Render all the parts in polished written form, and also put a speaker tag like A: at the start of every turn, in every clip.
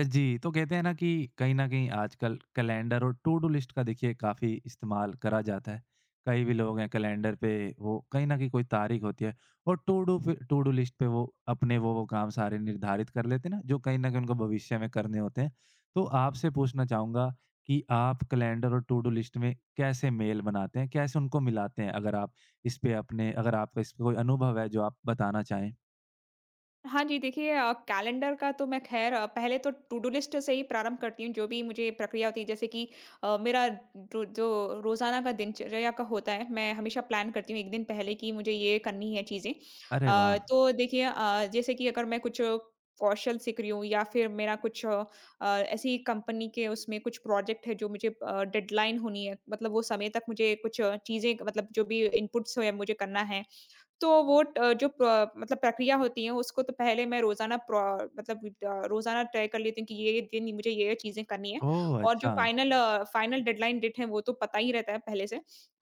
A: जी, तो कहते हैं ना कि कहीं न कहीं आजकल कैलेंडर और टू डू लिस्ट का देखिए काफ़ी इस्तेमाल करा जाता है। कई भी लोग हैं कैलेंडर पे वो कहीं न कहीं कोई तारीख होती है और टू डू पे टू डू लिस्ट पे वो अपने वो काम सारे निर्धारित कर लेते हैं ना, जो कहीं न कहीं उनको भविष्य में करने होते हैं। तो आपसे पूछना चाहूँगा कि आप कैलेंडर और टू डू लिस्ट में कैसे मेल बनाते हैं? कैसे उनको मिलाते हैं? अगर आप इस पे अपने अगर आपका इस पे कोई अनुभव है जो आप बताना चाहें?
B: हाँ जी, देखिए कैलेंडर का तो मैं ख़ैर पहले तो टू डू लिस्ट से ही प्रारंभ करती हूँ, जो भी मुझे प्रक्रिया होती है। जैसे कि मेरा जो जो रोज़ाना का दिनचर्या का होता है, मैं हमेशा प्लान करती हूँ 1 दिन पहले कि मुझे ये करनी है चीज़ें।
A: अरे वाह!
B: तो देखिए, जैसे कि अगर मैं कुछ कौशल सीख रही हूँ या फिर मेरा कुछ ऐसी कंपनी के उसमें कुछ प्रोजेक्ट है जो मुझे डेडलाइन होनी है, मतलब वो समय तक मुझे कुछ चीज़ें, मतलब जो भी इनपुट्स हैं मुझे करना है। तो वो अ, जो प्र मतलब प्रक्रिया होती है उसको तो पहले मैं रोज़ाना प्रो मतलब रोज़ाना तय कर लेती हूँ कि ये दिन मुझे ये चीज़ें करनी है,
A: ओह!
B: और जो
A: अच्छा।
B: फाइनल डेडलाइन डेट है वो तो पता ही रहता है पहले से।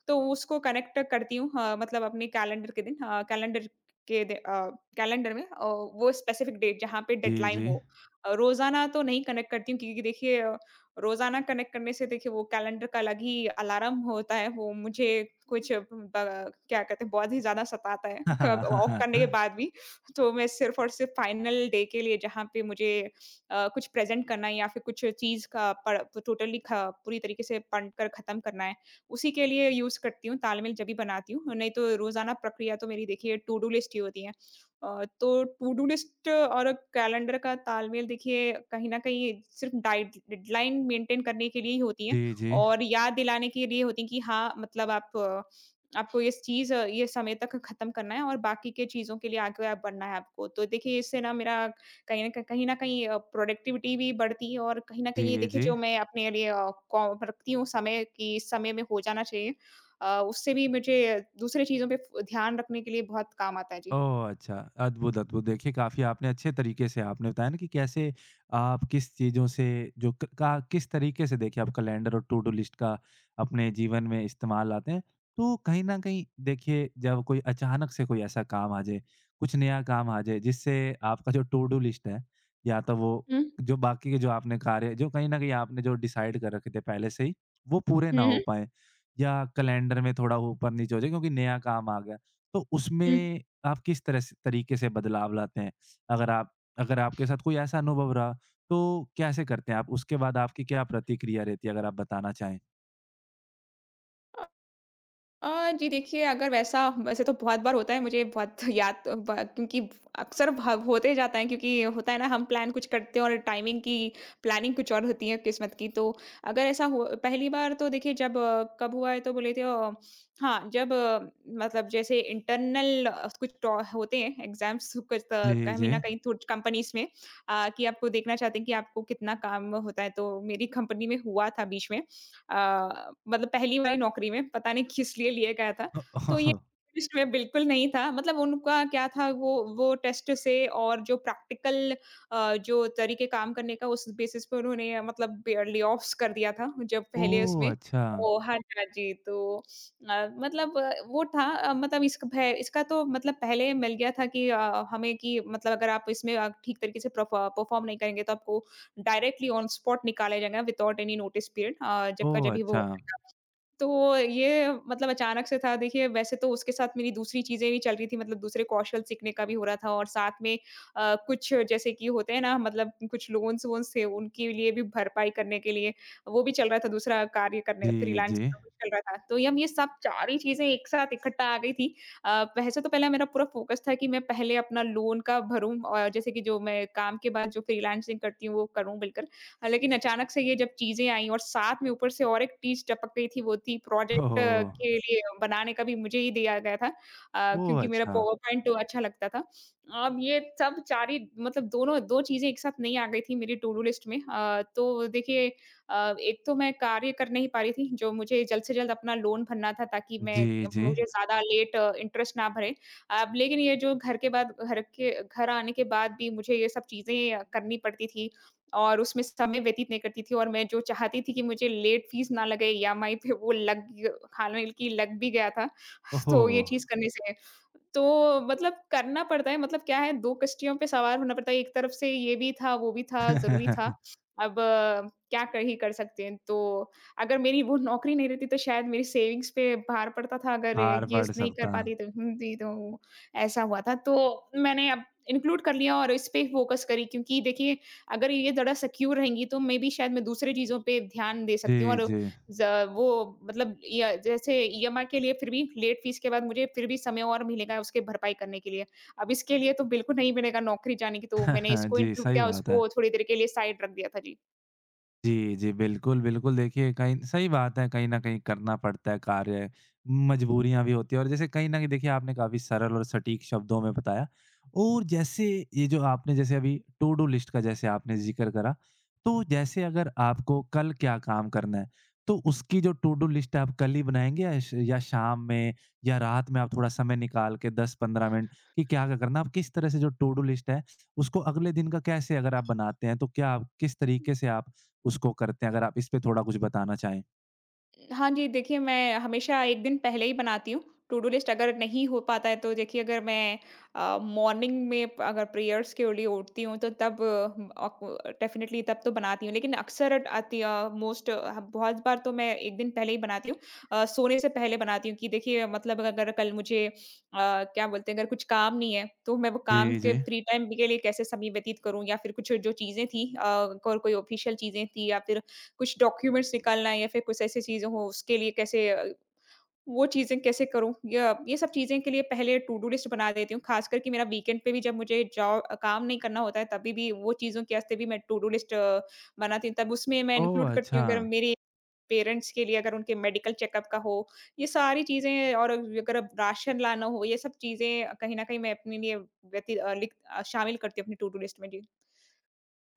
B: तो उसको कनेक्ट करती हूँ, मतलब अपने कैलेंडर के दिन अ, कैलेंडर के दे अ, कैलेंडर में, वो स्पेसिफिक डेट जहाँ पे
A: जी,
B: डेडलाइन
A: जी।
B: हो। रोज़ाना तो नहीं कनेक्ट करती हूँ क्योंकि देखिए रोज़ाना कनेक्ट करने से देखिए वो कैलेंडर का अलग ही अलार्म होता है, वो मुझे कुछ ब क्या कहते हैं, बहुत ही ज़्यादा सताता है, कब ऑफ करने के बाद भी। तो मैं सिर्फ़ और सिर्फ़ फाइनल डे के लिए जहाँ पे मुझे कुछ प्रेज़ेंट करना है या फिर कुछ चीज़ का पड़ टोटली ख पूरी तरीके से पढ़कर ख़त्म करना है, उसी के लिए यूज़ करती हूँ, तालमेल जब भी बनाती हूँ। नहीं तो रोज़ाना प्रक्रिया तो मेरी, देखिए, टू-डू लिस्ट ही होती है। तो टू डू लिस्ट और कैलेंडर का तालमेल, देखिए, कहीं न कहीं सिर्फ़ डाइड डेडलाइन मेंटेन करने के लिए ही होती हैं
A: जी, जी।
B: और याद दिलाने के लिए होती हैं कि हाँ, मतलब आपको ये चीज़ ये समय तक खत्म करना है, और बाकी के चीज़ों के लिए आगे आप बढ़ना है आपको। तो देखिए इससे ना मेरा कहीं न कहीं प्रोडक्टिविटी भी बढ़ती है, और कहीं न कहीं
A: जी,
B: देखिए
A: जी।
B: जो मैं अपने लिए अ, कौ रखती हूँ समय, कि इस समय में हो जाना चाहिए, उससे भी मुझे दूसरी चीज़ों पे फ़ ध्यान रखने के लिए बहुत काम आता है।
A: ओह! अच्छा, अद्भुत, अद्भुत। देखिए, काफ़ी आपने अच्छे तरीके से आपने बताया ना कि कैसे आप किस चीज़ों से जो क का किस तरीके से देखिए आप कैलेंडर और टू-डू लिस्ट का अपने जीवन में इस्तेमाल लाते हैं। तो कहीं न कहीं देखिए, जब कोई अचानक से कोई ऐसा काम आ जाए, कुछ नया काम आ जाए, जिससे आपका जो टू-डू लिस्ट है, या तो वो
B: जी।
A: जो बाकी के जो आपने कार्य जो कहीं न कहीं आपने जो डिसाइड कर रखे थे पहले से ही, वो पूरे
B: हुँ,
A: ना हो
B: हुँ।
A: पाएँ या कैलेंडर में थोड़ा ऊपर-नीचे हो जाए क्योंकि नया काम आ गया। तो
B: हुँ।
A: उसमें आप किस तरह से तरीके से बदलाव लाते हैं? अगर आप अगर आपके साथ कोई ऐसा अनुभव रहा, तो कैसे करते हैं आप? उसके बाद आपकी क्या प्रतिक्रिया रहती है अगर आप बताना चाहें?
B: जी देखिए, अगर वैसा वैसे तो बहुत बार होता है मुझे बहुत याद, तो ब क्योंकि अक्सर भ होते जाता है, क्योंकि होता है ना, हम प्लान कुछ करते हैं और टाइमिंग की प्लानिंग कुछ और होती है किस्मत की। तो अगर ऐसा हो पहली बार, तो देखिए जब कब हुआ है तो बोले थे, हाँ, जब मतलब जैसे इंटरनल कुछ टॉ होते हैं एग्ज़ाम्स कुछ, त
A: जी,
B: कहीं
A: जी।
B: न कहीं थोड़ कंपनीज़ में, कि आपको देखना चाहते हैं कि आपको कितना काम होता है। तो मेरी कंपनी में हुआ था बीच में। मतलब पहली वाली नौकरी में पता नहीं किस लिए लिया गया था। तो ये
A: अ,
B: लिस्ट में बिल्कुल नहीं था, मतलब उनका क्या था, वो टेस्ट से और जो प्रैक्टिकल जो तरीके काम करने का, उस बेसिस पे उन्होंने, मतलब, बे ले-ऑफ्स कर दिया था जब पहले
A: ओह!
B: उसमें।
A: अच्छा।
B: तो हाँ जी, हाँ जी। तो मतलब, वो था, मतलब इस भे इसका तो मतलब पहले मिल गया था कि हमें कि मतलब अगर आप इसमें ठीक तरीके से परफॉर्म नहीं करेंगे तो आपको डायरेक्टली ऑन स्पॉट निकाले जाएँगे विदाउट एनी नोटिस पीरियड, जब
A: ओह!
B: ही वो हो
A: अच्छा।
B: जाएगा। तो ये, मतलब अचानक से था देखिए, वैसे तो उसके साथ मेरी दूसरी चीज़ें भी चल रही थी, मतलब दूसरे कौशल सीखने का भी हो रहा था और साथ में कुछ, जैसे कि होते हैं ना, मतलब कुछ लोन्स वोन्स थे उनके लिए भी भरपाई करने के लिए वो भी चल रहा था, दूसरा कार्य करने
A: जी,
B: फ्रीलांस
A: जी।
B: का कुछ चल रहा था। तो ये सब सारी चीज़ें एक साथ इकट्ठा आ गई थी। वैसे तो पहले मेरा पूरा फ़ोकस था कि मैं पहले अपना लोन का भरूँ, और जैसे कि जो मैं काम के बाद जो फ्रीलांसिंग करती हूँ वो करूँ बिल्कुल। लेकिन अचानक से ये जब चीज़ें आईं और साथ में ऊपर से और एक चीज़ टपक गई थी, वो थी प्रोजेक्ट
A: ओह!
B: के लिए बनाने का भी मुझे ही दिया गया था,
A: ओह!
B: क्योंकि मेरा
A: अच्छा।
B: पावर पॉइंट अच्छा लगता था। अब ये सब सारी, मतलब दोनों 2 चीज़ें एक साथ नहीं आ गई थी मेरी टू डू लिस्ट में। तो देखिए, एक तो मैं कार्य कर नहीं पा रही थी, जो मुझे जल्द से जल्द अपना लोन भरना था ताकि मैं
A: जी, जी।
B: मुझे ज़्यादा लेट इंटरेस्ट ना भरे। अब लेकिन ये जो घर आने के बाद भी मुझे ये सब चीज़ें करनी पड़ती थी और उसमें समय व्यतीत नहीं करती थी, और मैं जो चाहती थी कि मुझे लेट फीस ना लगे ईएमआई पे, वो लग हालांकि लग भी गया था। तो ये चीज़
A: ओह!
B: करने से, तो मतलब करना पड़ता है, मतलब क्या है, 2 कश्तियों पे सवार होना पड़ता है। एक तरफ से ये भी था, वो भी था, ज़रूरी
A: भार
B: था। अब क्या कर सकते हैं। तो अगर मेरी वो नौकरी नहीं रहती तो शायद मेरी सेविंग्स पे भार पड़ता था। अगर ये स
A: पड़
B: नहीं कर
A: सकता।
B: पाती, तो हुँ, जी, तो ऐसा हुआ था। तो मैंने अब इंक्लूड कर लिया और इस पे फोकस करी, क्योंकि देखिए अगर ये ज़रा सिक्योर रहेंगी तो मे बी शायद मैं दूसरी चीज़ों पे ध्यान दे सकती हूँ,
A: जी,
B: और
A: जी।
B: ज वो, मतलब, या जैसे ईएमआई के लिए फिर भी लेट फ़ीस के बाद मुझे फिर भी समय और मिलेगा उसकी भरपाई करने के लिए। अब इसके लिए तो बिल्कुल नहीं मिलेगा नौकरी जाने की, तो मैंने इसको
A: जी,
B: इंक्लूड
A: सही
B: किया,
A: बात है।
B: उसको थोड़ी देर के लिए साइड रख दिया था। जी।
A: जी, जी। बिल्कुल, बिल्कुल देखिए कहीं सही बात है, कहीं न कहीं करना पड़ता है कार्य, मजबूरियाँ भी होती हैं और जैसे कहीं न कहीं देखिए आपने काफ़ी सरल और सटीक शब्दों में बताया। और जैसे ये जो आपने जैसे अभी टू डू लिस्ट का जैसे आपने ज़िक्र करा, तो जैसे अगर आपको कल क्या काम करना है, तो उसकी जो टू डू लिस्ट है आप कल ही बनाएँगे या शाम में या रात में आप थोड़ा समय निकाल के 10-15 मिनट कि क्या-क्या करना है? आप किस तरह से जो टू डू लिस्ट है, उसको अगले दिन का कैसे अगर आप बनाते हैं, तो क्या आप किस तरीके से आप उसको करते हैं, अगर आप इस पे थोड़ा कुछ बताना चाहें?
B: हाँ जी, देखिए, मैं हमेशा 1 दिन पहले ही बनाती हूँ, टू डू लिस्ट। अगर नहीं हो पाता है तो देखिए, अगर मैं मॉर्निंग में अगर प्रेयर्स के लिए उठती हूँ तो तब अ, डेफ़िनिटली तब तो बनाती हूँ। लेकिन अक्सर आती अ, मोस्ट अ, बहुत बार तो मैं 1 दिन पहले ही बनाती हूँ। सोने से पहले बनाती हूँ कि देखिए, मतलब अगर कल मुझे क्या बोलते हैं, अगर कुछ काम नहीं है, तो मैं वो काम
A: जी,
B: के
A: जी।
B: फ्री टाइम के लिए कैसे समय व्यतीत करूँ, या फिर कुछ जो चीज़ें थी और कोई ऑफिशियल चीज़ें थी, या फिर कुछ डॉक्यूमेंट्स निकालना, या फिर कुछ ऐसी चीज़ें हों, उसके लिए वो चीज़ें कैसे करूँ? या ये सब चीज़ें के लिए पहले टू डू लिस्ट बना देती हूँ, ख़ासकर कि मेरा वीकेंड पे भी जब मुझे जॉब काम नहीं करना होता है, तभी भी वो चीज़ों के वास्ते भी मैं टू डू लिस्ट बनाती हूँ। तब उसमें मैं
A: ओह!
B: इंक्लूड करती
A: अच्छा।
B: हूँ, अगर मेरे पेरेंट्स के लिए अगर उनके मेडिकल चेकअप का हो, ये सारी चीज़ें, और अगर अब राशन लाना हो, ये सब चीज़ें कहीं न कहीं मैं अपने लिए व्यति अ, लिख अ, शामिल करती हूँ अपनी टू डू लिस्ट में। जी।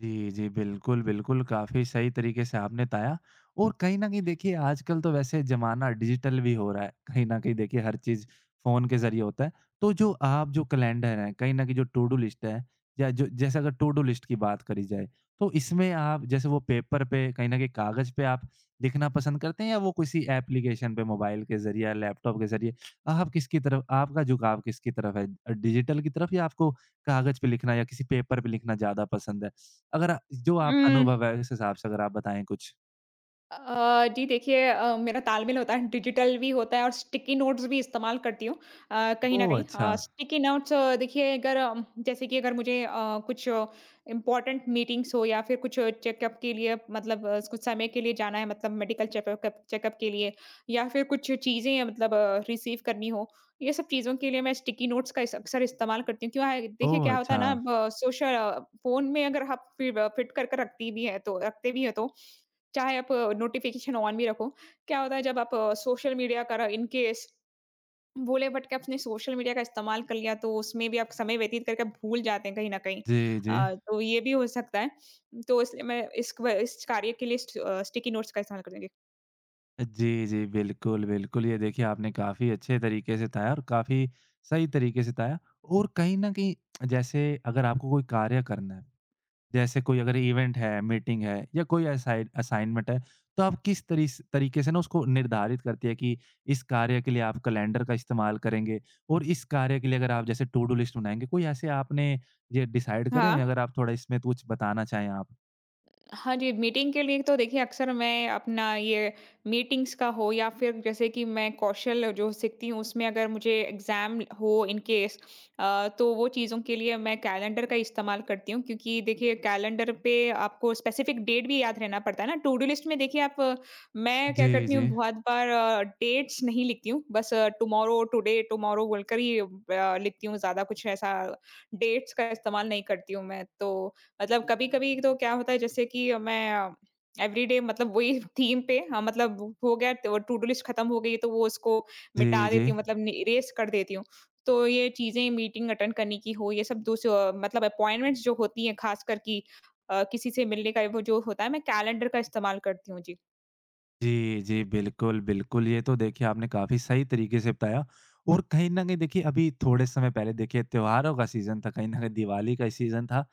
A: जी, जी। बिल्कुल, बिल्कुल, काफ़ी सही तरीके से आपने बताया और कहीं न कहीं देखिए आजकल तो वैसे ज़माना डिजिटल भी हो रहा है। कहीं न कहीं देखिए हर चीज़ फ़ोन के ज़रिए होता है। तो जो आप जो कैलेंडर है, कहीं न कहीं जो टू डू लिस्ट है या जो जैसे अगर टू डू लिस्ट की बात करी जाए, तो इसमें आप जैसे वो पेपर पे कहीं न कहीं कागज़ पे आप लिखना पसंद करते हैं या वो किसी एप्लीकेशन पे मोबाइल के ज़रिए या लैपटॉप के ज़रिए आप किसकी तरफ है? डिजिटल की तरफ या आपको कागज़ पे लिखना या किसी पेपर पे लिखना ज़्यादा पसंद है? अगर आ- जो आपका
B: हुँ।
A: अनुभव है इस हिसाब से अगर आप बताएँ कुछ?
B: जी देखिए, मेरा तालमेल होता है, डिजिटल भी होता है और स्टिकी नोट्स भी इस्तेमाल करती हूँ कहीं न
A: ओह
B: कहीं।
A: अच्छा!
B: स्टिकी नोट्स, देखिए अगर जैसे कि अगर मुझे कुछ इम्पोर्टेंट मीटिंग्स हो, या फिर कुछ चेकअप के लिए, मतलब कुछ समय के लिए जाना है, मतलब मेडिकल चेकअप चेकअप के लिए, या फिर कुछ चीज़ें, मतलब रिसीव करनी हो, ये सब चीज़ों के लिए मैं स्टिकी नोट्स का इस अक्सर इस्तेमाल करती हूँ। क्यों है, देखिए,
A: ओह
B: क्या होता है
A: अच्छा!
B: ना, अब सोशल फ़ोन में अगर आप फि फिट कर के रखती भी है तो रखते भी हैं, तो चाहे आप नोटिफ़िकेशन ऑन भी रखो, क्या होता है, जब आप सोशल मीडिया का इन केस भोले भटके आपने सोशल मीडिया का इस्तेमाल कर लिया, तो उसमें भी आप समय व्यतीत करके भूल जाते हैं कहीं न कहीं।
A: जी, जी।
B: तो ये भी हो सकता है। तो इसलिए मैं इस कार्य के लिए स्टिकी नोट्स का इस्तेमाल करती हूँ। जी।
A: जी, जी, बिल्कुल, बिल्कुल। ये देखिए आपने काफ़ी अच्छे तरीके से बताया और काफ़ी सही तरीके से बताया और कहीं न कहीं जैसे अगर आपको कोई कार्य करना है जैसे कोई अगर इवेंट है, मीटिंग है या कोई असाइनमेंट है, तो आप किस तरीस तरीके से ना उसको निर्धारित करती है कि इस कार्य के लिए आप कैलेंडर का इस्तेमाल करेंगे और इस कार्य के लिए अगर आप जैसे टू डू लिस्ट बनाएँगे, कोई ऐसे आपने ये डिसाइड करे
B: हाँ।
A: हुए हैं? अगर आप थोड़ा इसमें कुछ बताना चाहें आप?
B: हाँ जी, मीटिंग के लिए तो देखिए, अक्सर मैं अपना ये मीटिंग्स का हो, या फिर जैसे कि मैं कौशल जो सीखती हूँ उसमें अगर मुझे एग्ज़ाम हो इन केस, तो वो चीज़ों के लिए मैं कैलेंडर का इस्तेमाल करती हूँ, क्योंकि देखिए कैलेंडर पे आपको स्पेसिफ़िक डेट भी याद रहना पड़ता है ना। टू डू लिस्ट में देखिए मैं क्या
A: जी,
B: करती हूँ,
A: जी।
B: बहुत बार डेट्स नहीं लिखती हूँ, बस टुमारो, टुडे, टुमारो बोलकर ही लिखती हूँ, ज़्यादा कुछ ऐसा डेट्स का इस्तेमाल नहीं करती हूँ मैं। तो मतलब कभी-कभी तो क्या होता है, जैसे कि मैं एवरीडे, मतलब वही थीम पे, हाँ, मतलब हो गया तो टू डू लिस्ट खत्म हो गई, तो वो उसको
A: जी,
B: मिटा
A: जी।
B: देती हूँ, मतलब नि इरेज़ कर देती हूँ। तो ये चीज़ें मीटिंग अटेंड करने की हो, ये सब दूस मतलब अपॉइंटमेंट्स जो होती हैं खासकर कि किसी से मिलने का वो जो होता है मैं कैलेंडर का इस्तेमाल करती हूँ। जी।
A: जी, जी। बिल्कुल, बिल्कुल। ये तो देखिए आपने काफ़ी सही तरीके से बताया और कहीं न कहीं देखिए अभी थोड़े समय पहले देखिए त्योहारों का सीज़न था, कहीं न कहीं दिवाली का सीज़न था।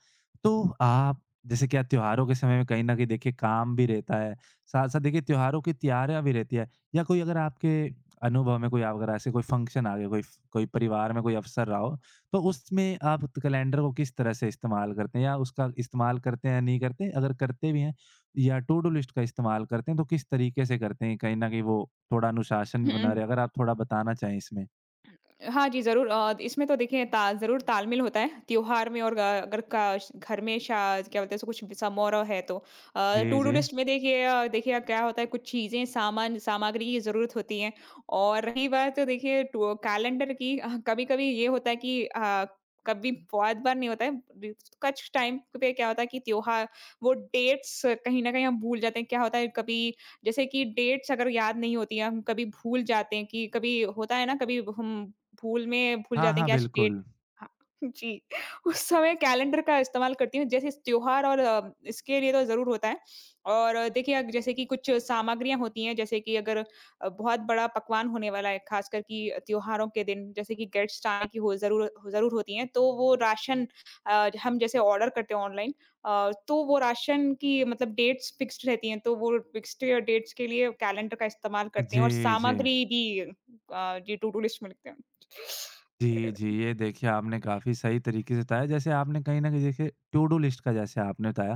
A: तो आप जैसे क्या त्योहारों के समय में कहीं न कहीं देखिए काम भी रहता है, साथ-साथ देखिए त्योहारों की तैयारियाँ भी रहती है या कोई अगर आपके अनुभव में कोई आप अगर ऐसे कोई फ़ंक्शन आ गया, कोई परिवार में कोई अवसर रहा हो, तो उसमें आप त कैलेंडर को किस तरह से इस्तेमाल करते हैं या उसका इस्तेमाल करते हैं या नहीं करते? अगर करते भी हैं, या टू डू लिस्ट का इस्तेमाल करते हैं, तो किस तरीके से करते हैं? कहीं न कहीं वो थोड़ा अनुशासन भी बना रहे। अगर आप थोड़ा बताना चाहें इसमें।
B: हाँ जी, ज़रूर इसमें तो देखिए ता ज़रूर तालमेल होता है, त्योहार में और ग अगर का श घर में शा क्या बोलते हैं उसे कुछ भी समारोह है तो।
A: जी,
B: टू डू
A: जी।
B: लिस्ट में देखिए देखिए क्या होता है कुछ चीज़ें सामान सामग्री की ज़रूरत होती है। और रही बात तो देखिए टू कैलेंडर की कभी-कभी ये होता है कि कभी बहुत बार नहीं होता है ब कुछ टाइम पे क्या होता है कि त्योहार वो डेट्स कहीं न कहीं हम भूल जाते हैं। क्या होता है कभी जैसे कि डेट्स अगर याद नहीं होती है, हम कभी भूल जाते हैं कि कभी होता है ना कभी हम भूल में भूल
A: हाँ,
B: जाते हैं
A: हाँ,
B: कि आज डेट।
A: बिल्कुल।
B: हाँ, जी। उस समय कैलेंडर का इस्तेमाल करती हूँ, जैसे इस त्योहार और इसके लिए तो ज़रूर होता है। और देखिए अग जैसे कि कुछ सामग्रियाँ होती हैं, जैसे कि अगर बहुत बड़ा पकवान होने वाला है, ख़ासकर कि त्योहारों के दिन, जैसे कि गेस्ट आने की हो ज़रूर ज़रूर होती हैं, तो वो राशन हम जैसे ऑर्डर करते हैं ऑनलाइन। तो वो राशन की मतलब डेट्स फ़िक्स्ड रहती हैं, तो वो फ़िक्स्ड डेट्स के लिए कैलेंडर का इस्तेमाल करते हैं और
A: जी, जी।
B: सामग्री भी जी, टू-डू लिस्ट में लिखते हैं।
A: जी, जी। ये देखिए आपने काफ़ी सही तरीके से बताया। जैसे आपने कहीं न कहीं देखिए टू डू लिस्ट का जैसे आपने बताया,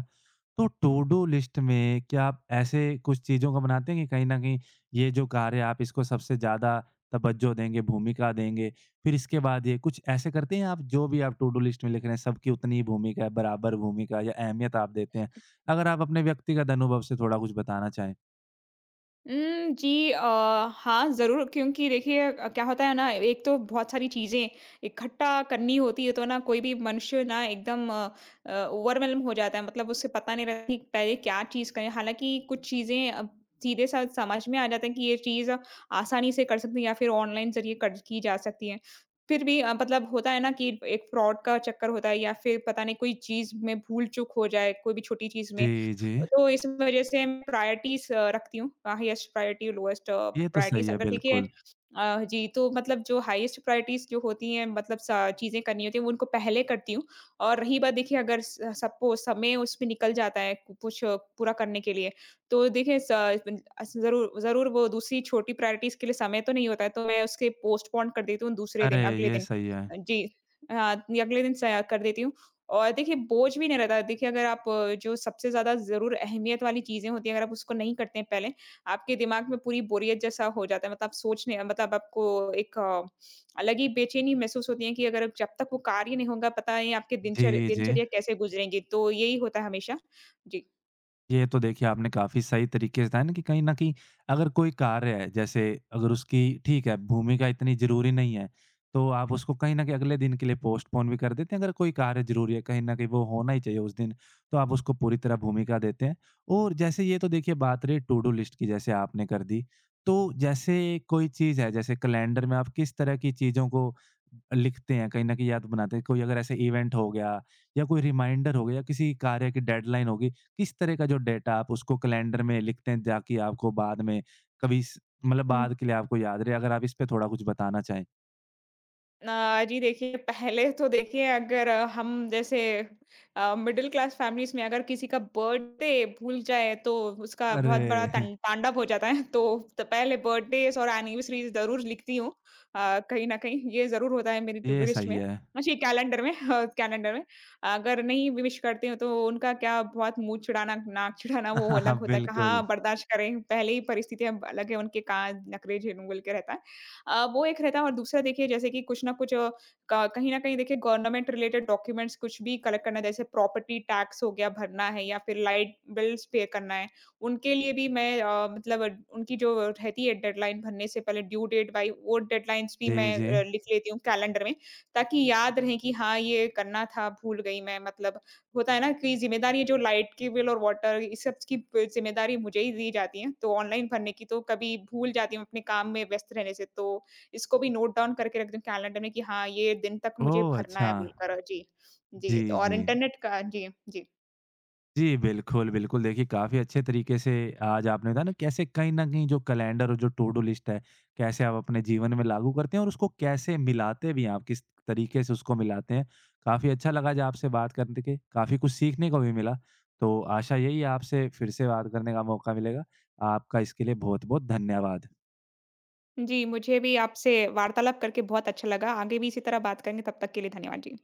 A: तो टू डू लिस्ट में क्या आप ऐसे कुछ चीज़ों को बनाते हैं कि कहीं न कहीं ये जो कार्य है आप इसको सबसे ज़्यादा तवज्जो देंगे, भूमिका देंगे, फिर इसके बाद ये कुछ ऐसे करते हैं आप जो भी आप टू डू लिस्ट में लिख रहे हैं सबकी उतनी ही भूमिका है, बराबर भूमिका या अहमियत आप देते हैं? अगर आप अपने व्यक्तिगत अनुभव से थोड़ा कुछ बताना चाहें?
B: जी हाँ, ज़रूर क्योंकि देखिए क्या होता है ना, एक तो बहुत सारी चीज़ें इकट्ठा करनी होती है, तो ना कोई भी मनुष्य ना एकदम ओवरवेल्म हो जाता है, मतलब उसे पता नहीं रहती कि पहले क्या चीज़ करें। हालाँकि कुछ चीज़ें अब सीधे स समझ में आ जाता है कि ये चीज़ आसानी से कर सकते हैं या फिर ऑनलाइन ज़रिए कर की जा सकती है। फिर भी मतलब होता है ना कि एक फ्रॉड का चक्कर होता है या फिर पता नहीं कोई चीज़ में भूल-चूक हो जाए, कोई भी छोटी चीज़ में।
A: जी, जी।
B: तो इस वजह से मैं प्रायोरिटीज़ रखती हूँ, हाईएस्ट प्रायोरिटी, लोएस्ट
A: ये तो सही
B: प्रायोरिटीज़
A: है
B: अगर देखिए।
A: बिल्कुल।
B: जी, तो मतलब जो हाईएस्ट प्रायोरिटीज़ जो होती हैं मतलब स चीज़ें करनी होती हैं, वो उनको पहले करती हूँ और रही बात देखिए अगर स सबको समय उसमें निकल जाता है कुछ पूरा करने के लिए, तो देखिए स अस ज़रूर ज़रूर वो दूसरी छोटी प्रायोरिटीज़ के लिए समय तो नहीं होता है, तो मैं उसके पोस्टपोन कर देती हूँ दूसरे
A: अरे!
B: दिन, अगले
A: ये
B: दिन।
A: सही है।
B: जी, हाँ, अगले दिन स कर देती हूँ। और देखिए बोझ भी नहीं रहता। देखिए अगर आप जो सबसे ज़्यादा ज़रूर अहमियत वाली चीज़ें होती हैं, अगर आप उसको नहीं करते हैं पहले, आपके दिमाग में पूरी बोरियत जैसा हो जाता है। मतलब आप सोचने मतलब आपको एक अलग ही बेचैनी महसूस होती है कि अगर जब तक वो कार्य नहीं होगा, पता नहीं आपके
A: जी, जी।
B: दिनचर्या कैसे गुज़रेंगी। तो यही होता है हमेशा। जी।
A: ये तो देखिए आपने काफ़ी सही तरीके से बताया ना कि कहीं न कहीं अगर कोई कार्य है, जैसे अगर उसकी ठीक है, भूमिका इतनी ज़रूरी नहीं है, तो आप उसको कहीं न कहीं अगले दिन के लिए पोस्टपोन भी कर देते हैं। अगर कोई कार्य ज़रूरी है, कहीं न कहीं वो होना ही चाहिए उस दिन, तो आप उसको पूरी तरह भूमिका देते हैं। और जैसे ये तो देखिए बात रही टू डू लिस्ट की जैसे आपने कर दी, तो जैसे कोई चीज़ है, जैसे कैलेंडर में आप किस तरह की चीज़ों को लिखते हैं, कहीं न कहीं याद बनाते हैं? कोई अगर ऐसे इवेंट हो गया या कोई रिमाइंडर हो गया या किसी कार्य की डेडलाइन होगी, किस तरह का जो डेटा आप उसको कैलेंडर में लिखते हैं ताकि आपको बाद में कभी स मतलब बाद के लिए आपको याद रहे? अगर आप इस पे थोड़ा कुछ बताना चाहें?
B: जी देखिए, पहले तो देखिए अगर हम जैसे मिडल क्लास फ़ैमिलीज़ में अगर किसी का बर्थडे भूल जाए तो उसका बहुत बड़ा
A: अरे!
B: तं तांडव हो जाता है। तो त पहले बर्थडेज़ और एनिवर्सरीज़ ज़रूर लिखती हूँ। कहीं न कहीं ये ज़रूर होता है मेरी टू डू
A: ये
B: लिस्ट
A: सही
B: में
A: है।
B: अच्छी कैलेंडर में। हाँ, कैलेंडर में। अगर नहीं विश करती हूँ तो उनका क्या बहुत मुँह चिढ़ाना, नाक चिढ़ाना वो अलग होता है।
A: बिल्कुल।
B: कहाँ बर्दाश्त करें, पहले ही परिस्थितियाँ अलग है उनके कहाँ नखरे झेलूँ बोल के रहता है। वो एक रहता है और दूसरा देखिए जैसे कि कुछ ना कुछ अ, क कहीं न कहीं देखिए गवर्नमेंट रिलेटेड डॉक्यूमेंट्स कुछ भी कलेक्ट करना है, जैसे प्रॉपर्टी टैक्स हो गया भरना है या फिर लाइट बिल्स पे करना है। उनके लिए भी मैं मतलब उनकी जो रहती है डेडलाइन भरने से पहले ड्यू डेट बाई वो डेडलाइन्स भी
A: जी,
B: मैं
A: जी।
B: लिख लेती हूँ कैलेंडर में, ताकि याद रहे कि हाँ, ये करना था, भूल गई मैं मतलब होता है ना कि ज़िम्मेदारी जो लाइट की बिल और वाटर इस सब की ब ज़िम्मेदारी मुझे ही दी जाती है, तो ऑनलाइन भरने की तो कभी भूल जाती हूँ अपने काम में व्यस्त रहने से, तो इसको भी नोट डाउन करके रख दूँ कैलेंडर में कि हाँ, ये दिन तक मुझे
A: ओह!
B: भरना
A: अच्छा।
B: है बोलकर। जी, जी
A: जी,
B: तो और
A: जी।
B: इंटरनेट का जी, जी।
A: जी, बिल्कुल, बिल्कुल। देखिए, काफ़ी अच्छे तरीके से आज आपने बताया ना कैसे कहीं न कहीं जो कैलेंडर और जो टू डू लिस्ट है, कैसे आप अपने जीवन में लागू करते हैं और उसको कैसे मिलाते भी हैं आप, किस तरीके से उसको मिलाते हैं। काफ़ी अच्छा लगा आज आपसे बात करने के, काफ़ी कुछ सीखने को भी मिला। तो आशा यही है आपसे फिर से बात करने का मौका मिलेगा। आपका इसके लिए बहुत-बहुत धन्यवाद।
B: जी, मुझे भी आपसे वार्तालाप करके बहुत अच्छा लगा। आगे भी इसी तरह बात करेंगे, तब तक के लिए धन्यवाद जी।